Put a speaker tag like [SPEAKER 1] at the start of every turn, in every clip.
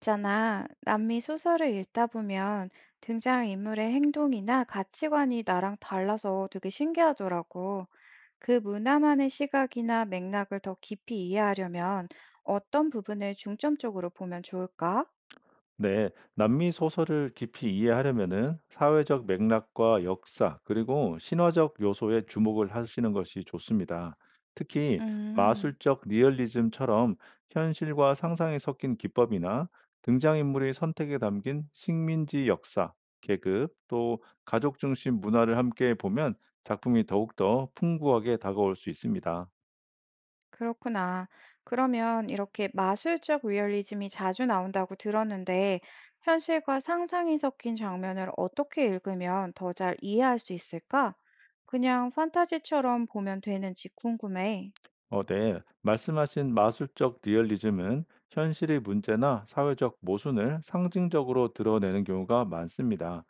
[SPEAKER 1] 있잖아. 남미 소설을 읽다 보면 등장인물의 행동이나 가치관이 나랑 달라서 되게 신기하더라고. 그 문화만의 시각이나 맥락을 더 깊이 이해하려면 어떤 부분을 중점적으로 보면 좋을까?
[SPEAKER 2] 네, 남미 소설을 깊이 이해하려면은 사회적 맥락과 역사, 그리고 신화적 요소에 주목을 하시는 것이 좋습니다. 특히
[SPEAKER 1] 음.
[SPEAKER 2] 마술적 리얼리즘처럼 현실과 상상이 섞인 기법이나 등장인물의 선택에 담긴 식민지 역사, 계급, 또 가족 중심 문화를 함께 보면 작품이 더욱더 풍부하게 다가올 수 있습니다.
[SPEAKER 1] 그렇구나. 그러면 이렇게 마술적 리얼리즘이 자주 나온다고 들었는데, 현실과 상상이 섞인 장면을 어떻게 읽으면 더 잘 이해할 수 있을까? 그냥 판타지처럼 보면 되는지 궁금해.
[SPEAKER 2] 네. 말씀하신 마술적 리얼리즘은 현실의 문제나 사회적 모순을 상징적으로 드러내는 경우가 많습니다.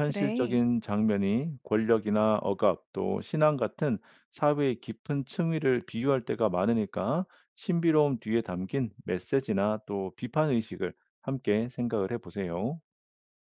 [SPEAKER 1] 그래.
[SPEAKER 2] 장면이 권력이나 억압 또 신앙 같은 사회의 깊은 층위를 비유할 때가 많으니까 신비로움 뒤에 담긴 메시지나 또 비판 의식을 함께 생각을 해보세요.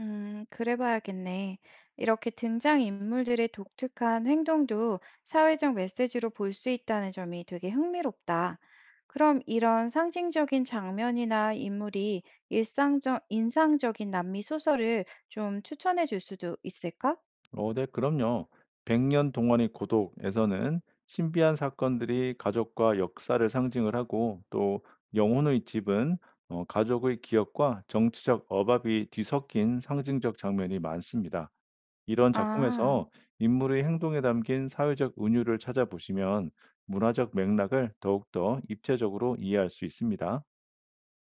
[SPEAKER 1] 그래 봐야겠네. 이렇게 등장인물들의 독특한 행동도 사회적 메시지로 볼 수 있다는 점이 되게 흥미롭다. 그럼 이런 상징적인 장면이나 인물이 일상적, 인상적인 남미 소설을 좀 추천해 줄 수도 있을까?
[SPEAKER 2] 네, 그럼요. 백년 동안의 고독에서는 신비한 사건들이 가족과 역사를 상징을 하고 또 영혼의 집은 가족의 기억과 정치적 억압이 뒤섞인 상징적 장면이 많습니다. 이런
[SPEAKER 1] 아.
[SPEAKER 2] 작품에서 인물의 행동에 담긴 사회적 은유를 찾아보시면 문화적 맥락을 더욱더 입체적으로 이해할 수 있습니다.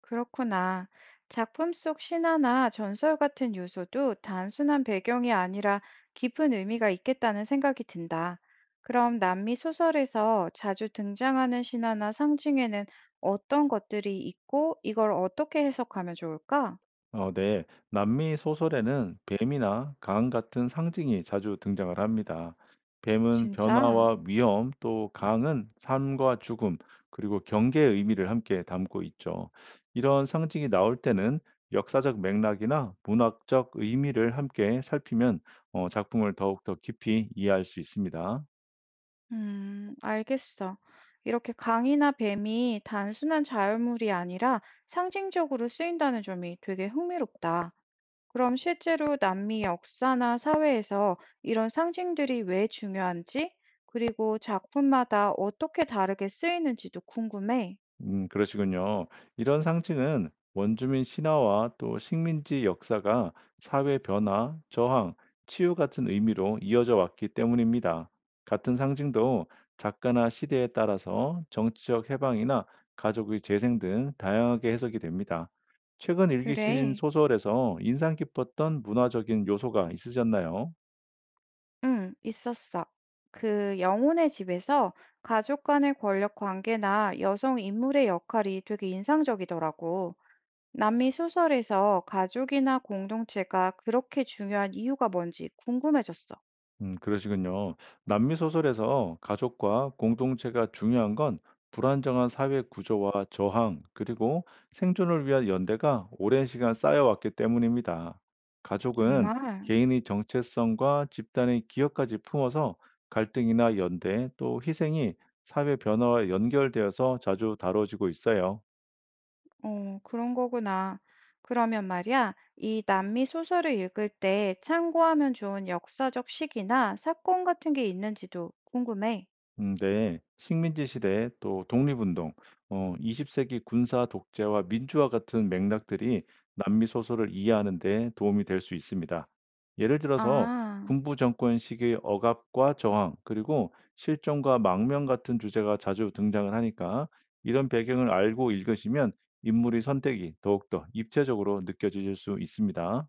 [SPEAKER 1] 그렇구나. 작품 속 신화나 전설 같은 요소도 단순한 배경이 아니라 깊은 의미가 있겠다는 생각이 든다. 그럼 남미 소설에서 자주 등장하는 신화나 상징에는 어떤 것들이 있고 이걸 어떻게 해석하면 좋을까?
[SPEAKER 2] 네. 남미 소설에는 뱀이나 강 같은 상징이 자주 등장을 합니다. 뱀은
[SPEAKER 1] 진짜?
[SPEAKER 2] 변화와 위험, 또 강은 삶과 죽음, 그리고 경계의 의미를 함께 담고 있죠. 이런 상징이 나올 때는 역사적 맥락이나 문학적 의미를 함께 살피면 작품을 더욱더 깊이 이해할 수 있습니다.
[SPEAKER 1] 알겠어. 이렇게 강이나 뱀이 단순한 자연물이 아니라 상징적으로 쓰인다는 점이 되게 흥미롭다. 그럼 실제로 남미 역사나 사회에서 이런 상징들이 왜 중요한지, 그리고 작품마다 어떻게 다르게 쓰이는지도 궁금해.
[SPEAKER 2] 그러시군요. 이런 상징은 원주민 신화와 또 식민지 역사가 사회 변화, 저항, 치유 같은 의미로 이어져 왔기 때문입니다. 같은 상징도 작가나 시대에 따라서 정치적 해방이나 가족의 재생 등 다양하게 해석이 됩니다. 최근 읽으신
[SPEAKER 1] 그래.
[SPEAKER 2] 소설에서 인상 깊었던 문화적인 요소가 있으셨나요?
[SPEAKER 1] 응, 있었어. 그 영혼의 집에서 가족 간의 권력 관계나 여성 인물의 역할이 되게 인상적이더라고. 남미 소설에서 가족이나 공동체가 그렇게 중요한 이유가 뭔지 궁금해졌어.
[SPEAKER 2] 그러시군요. 남미 소설에서 가족과 공동체가 중요한 건 불안정한 사회 구조와 저항, 그리고 생존을 위한 연대가 오랜 시간 쌓여왔기 때문입니다. 가족은
[SPEAKER 1] 정말.
[SPEAKER 2] 개인의 정체성과 집단의 기억까지 품어서 갈등이나 연대, 또 희생이 사회 변화와 연결되어서 자주 다뤄지고 있어요.
[SPEAKER 1] 어, 그런 거구나. 그러면 말이야, 이 남미 소설을 읽을 때 참고하면 좋은 역사적 시기나 사건 같은 게 있는지도 궁금해.
[SPEAKER 2] 네. 식민지 시대 또 독립운동, 20세기 세기 군사 독재와 민주화 같은 맥락들이 남미 소설을 이해하는 데 도움이 될 수 있습니다. 예를 들어서
[SPEAKER 1] 아,
[SPEAKER 2] 군부 정권 시기의 억압과 저항, 그리고 실정과 망명 같은 주제가 자주 등장을 하니까 이런 배경을 알고 읽으시면 인물의 선택이 더욱더 입체적으로 느껴지실 수 있습니다.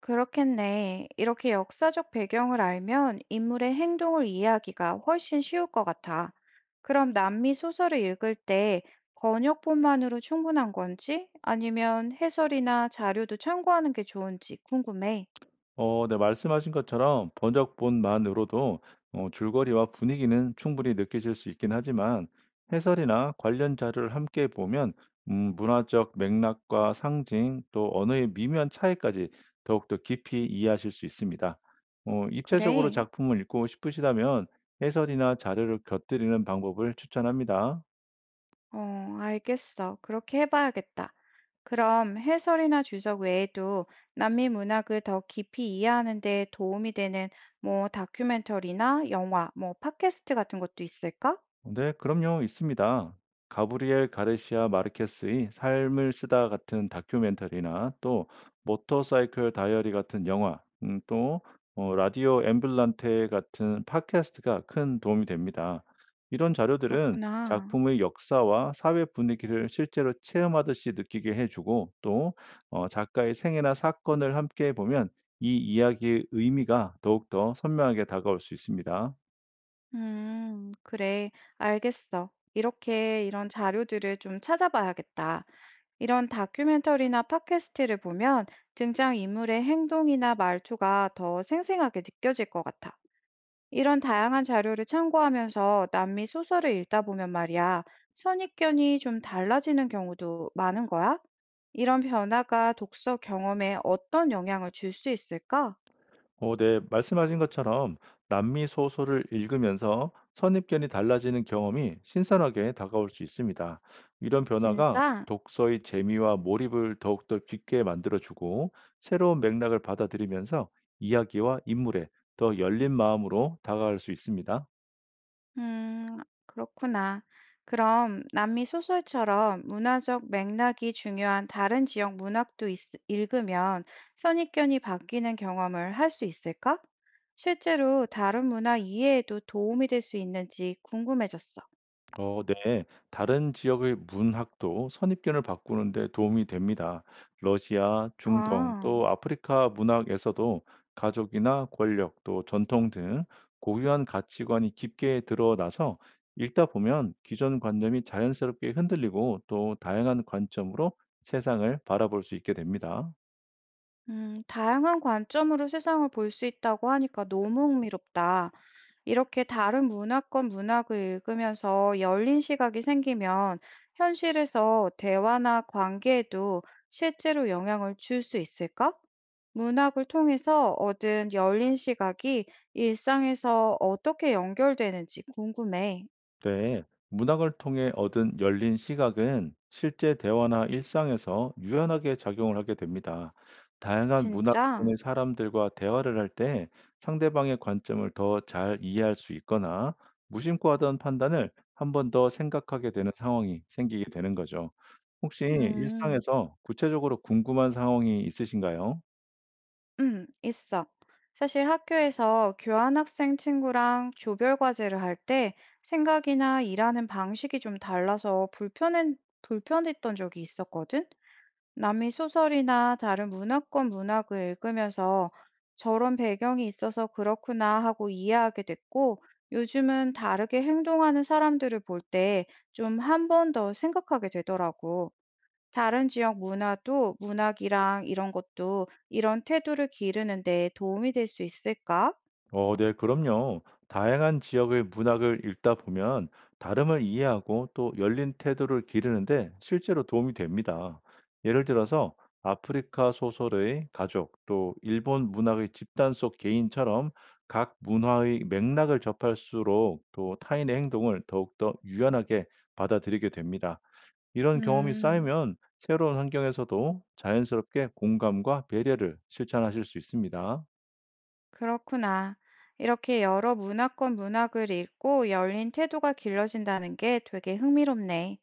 [SPEAKER 1] 그렇겠네. 이렇게 역사적 배경을 알면 인물의 행동을 이해하기가 훨씬 쉬울 것 같아. 그럼 남미 소설을 읽을 때 번역본만으로 충분한 건지 아니면 해설이나 자료도 참고하는 게 좋은지 궁금해.
[SPEAKER 2] 네, 말씀하신 것처럼 번역본만으로도 줄거리와 분위기는 충분히 느끼실 수 있긴 하지만 해설이나 관련 자료를 함께 보면 문화적 맥락과 상징 또 언어의 미묘한 차이까지 더욱더 깊이 이해하실 수 있습니다. 입체적으로
[SPEAKER 1] 그래.
[SPEAKER 2] 작품을 읽고 싶으시다면 해설이나 자료를 곁들이는 방법을 추천합니다.
[SPEAKER 1] 어, 알겠어. 그렇게 해봐야겠다. 그럼 해설이나 주석 외에도 남미 문학을 더 깊이 이해하는 데 도움이 되는 뭐 다큐멘터리나 영화, 뭐 팟캐스트 같은 것도 있을까?
[SPEAKER 2] 네, 그럼요, 있습니다. 가브리엘 가르시아 마르케스의 삶을 쓰다 같은 다큐멘터리나 또 모터사이클 다이어리 같은 영화, 또 라디오 앰뷸런테 같은 팟캐스트가 큰 도움이 됩니다. 이런 자료들은
[SPEAKER 1] 그렇구나.
[SPEAKER 2] 작품의 역사와 사회 분위기를 실제로 체험하듯이 느끼게 해주고 또 작가의 생애나 사건을 함께 보면 이 이야기의 의미가 더욱더 선명하게 다가올 수 있습니다.
[SPEAKER 1] 그래. 알겠어. 이렇게 이런 자료들을 좀 찾아봐야겠다. 이런 다큐멘터리나 팟캐스트를 보면 등장인물의 행동이나 말투가 더 생생하게 느껴질 것 같아. 이런 다양한 자료를 참고하면서 남미 소설을 읽다 보면 말이야, 선입견이 좀 달라지는 경우도 많은 거야? 이런 변화가 독서 경험에 어떤 영향을 줄 수 있을까?
[SPEAKER 2] 네, 말씀하신 것처럼 남미 소설을 읽으면서 선입견이 달라지는 경험이 신선하게 다가올 수 있습니다. 이런 변화가
[SPEAKER 1] 진짜?
[SPEAKER 2] 독서의 재미와 몰입을 더욱더 깊게 만들어주고 새로운 맥락을 받아들이면서 이야기와 인물에 더 열린 마음으로 다가갈 수 있습니다.
[SPEAKER 1] 음, 그렇구나. 그럼 남미 소설처럼 문화적 맥락이 중요한 다른 지역 문학도 있, 읽으면 선입견이 바뀌는 경험을 할 수 있을까? 실제로 다른 문화 이해에도 도움이 될 수 있는지 궁금해졌어.
[SPEAKER 2] 네. 다른 지역의 문학도 선입견을 바꾸는데 도움이 됩니다. 러시아, 중동,
[SPEAKER 1] 아,
[SPEAKER 2] 또 아프리카 문학에서도 가족이나 권력, 또 전통 등 고유한 가치관이 깊게 드러나서 읽다 보면 기존 관념이 자연스럽게 흔들리고 또 다양한 관점으로 세상을 바라볼 수 있게 됩니다.
[SPEAKER 1] 다양한 관점으로 세상을 볼 수 있다고 하니까 너무 흥미롭다. 이렇게 다른 문화권 문학을 읽으면서 열린 시각이 생기면 현실에서 대화나 관계에도 실제로 영향을 줄 수 있을까? 문학을 통해서 얻은 열린 시각이 일상에서 어떻게 연결되는지 궁금해.
[SPEAKER 2] 네, 문학을 통해 얻은 열린 시각은 실제 대화나 일상에서 유연하게 작용을 하게 됩니다. 다양한
[SPEAKER 1] 진짜?
[SPEAKER 2] 문화권의 사람들과 대화를 할 때 상대방의 관점을 더 잘 이해할 수 있거나 무심코 하던 판단을 한번 더 생각하게 되는 상황이 생기게 되는 거죠. 혹시
[SPEAKER 1] 음.
[SPEAKER 2] 일상에서 구체적으로 궁금한 상황이 있으신가요?
[SPEAKER 1] 있어. 사실 학교에서 교환학생 친구랑 조별 과제를 할 때 생각이나 일하는 방식이 좀 달라서 불편했던 적이 있었거든? 남이 소설이나 다른 문화권 문학을 읽으면서 저런 배경이 있어서 그렇구나 하고 이해하게 됐고, 요즘은 다르게 행동하는 사람들을 볼 때 좀 한 번 더 생각하게 되더라고. 다른 지역 문화도 문학이랑 이런 것도 이런 태도를 기르는 데 도움이 될 수 있을까?
[SPEAKER 2] 네, 그럼요. 다양한 지역의 문학을 읽다 보면 다름을 이해하고 또 열린 태도를 기르는데 실제로 도움이 됩니다. 예를 들어서 아프리카 소설의 가족, 또 일본 문학의 집단 속 개인처럼 각 문화의 맥락을 접할수록 또 타인의 행동을 더욱더 유연하게 받아들이게 됩니다. 이런 경험이
[SPEAKER 1] 음,
[SPEAKER 2] 쌓이면 새로운 환경에서도 자연스럽게 공감과 배려를 실천하실 수 있습니다.
[SPEAKER 1] 그렇구나. 이렇게 여러 문화권 문학을 읽고 열린 태도가 길러진다는 게 되게 흥미롭네.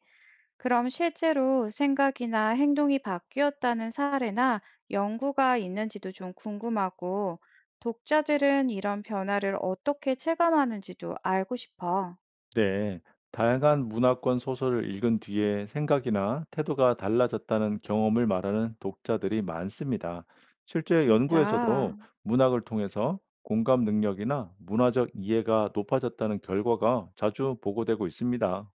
[SPEAKER 1] 그럼 실제로 생각이나 행동이 바뀌었다는 사례나 연구가 있는지도 좀 궁금하고, 독자들은 이런 변화를 어떻게 체감하는지도 알고 싶어.
[SPEAKER 2] 네, 다양한 문화권 소설을 읽은 뒤에 생각이나 태도가 달라졌다는 경험을 말하는 독자들이 많습니다. 실제
[SPEAKER 1] 진짜.
[SPEAKER 2] 연구에서도 문학을 통해서 공감 능력이나 문화적 이해가 높아졌다는 결과가 자주 보고되고 있습니다.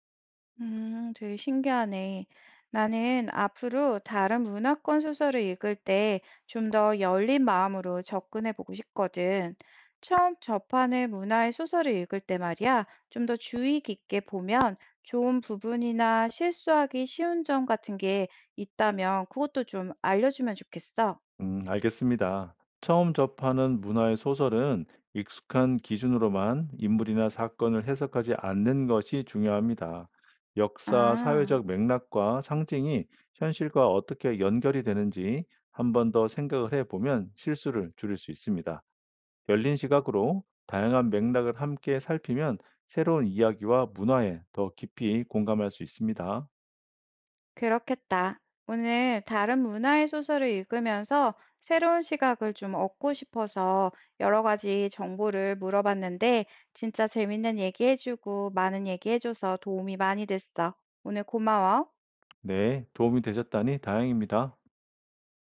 [SPEAKER 1] 되게 신기하네. 나는 앞으로 다른 문화권 소설을 읽을 때 좀 더 열린 마음으로 접근해 보고 싶거든. 처음 접하는 문화의 소설을 읽을 때 말이야, 좀 더 주의 깊게 보면 좋은 부분이나 실수하기 쉬운 점 같은 게 있다면 그것도 좀 알려주면 좋겠어.
[SPEAKER 2] 알겠습니다. 처음 접하는 문화의 소설은 익숙한 기준으로만 인물이나 사건을 해석하지 않는 것이 중요합니다. 역사,
[SPEAKER 1] 아.
[SPEAKER 2] 사회적 맥락과 상징이 현실과 어떻게 연결이 되는지 한 번 더 생각을 해보면 실수를 줄일 수 있습니다. 열린 시각으로 다양한 맥락을 함께 살피면 새로운 이야기와 문화에 더 깊이 공감할 수 있습니다.
[SPEAKER 1] 그렇겠다. 오늘 다른 문화의 소설을 읽으면서 새로운 시각을 좀 얻고 싶어서 여러 가지 정보를 물어봤는데 진짜 재밌는 얘기해주고 많은 얘기해줘서 도움이 많이 됐어. 오늘 고마워.
[SPEAKER 2] 네, 도움이 되셨다니 다행입니다.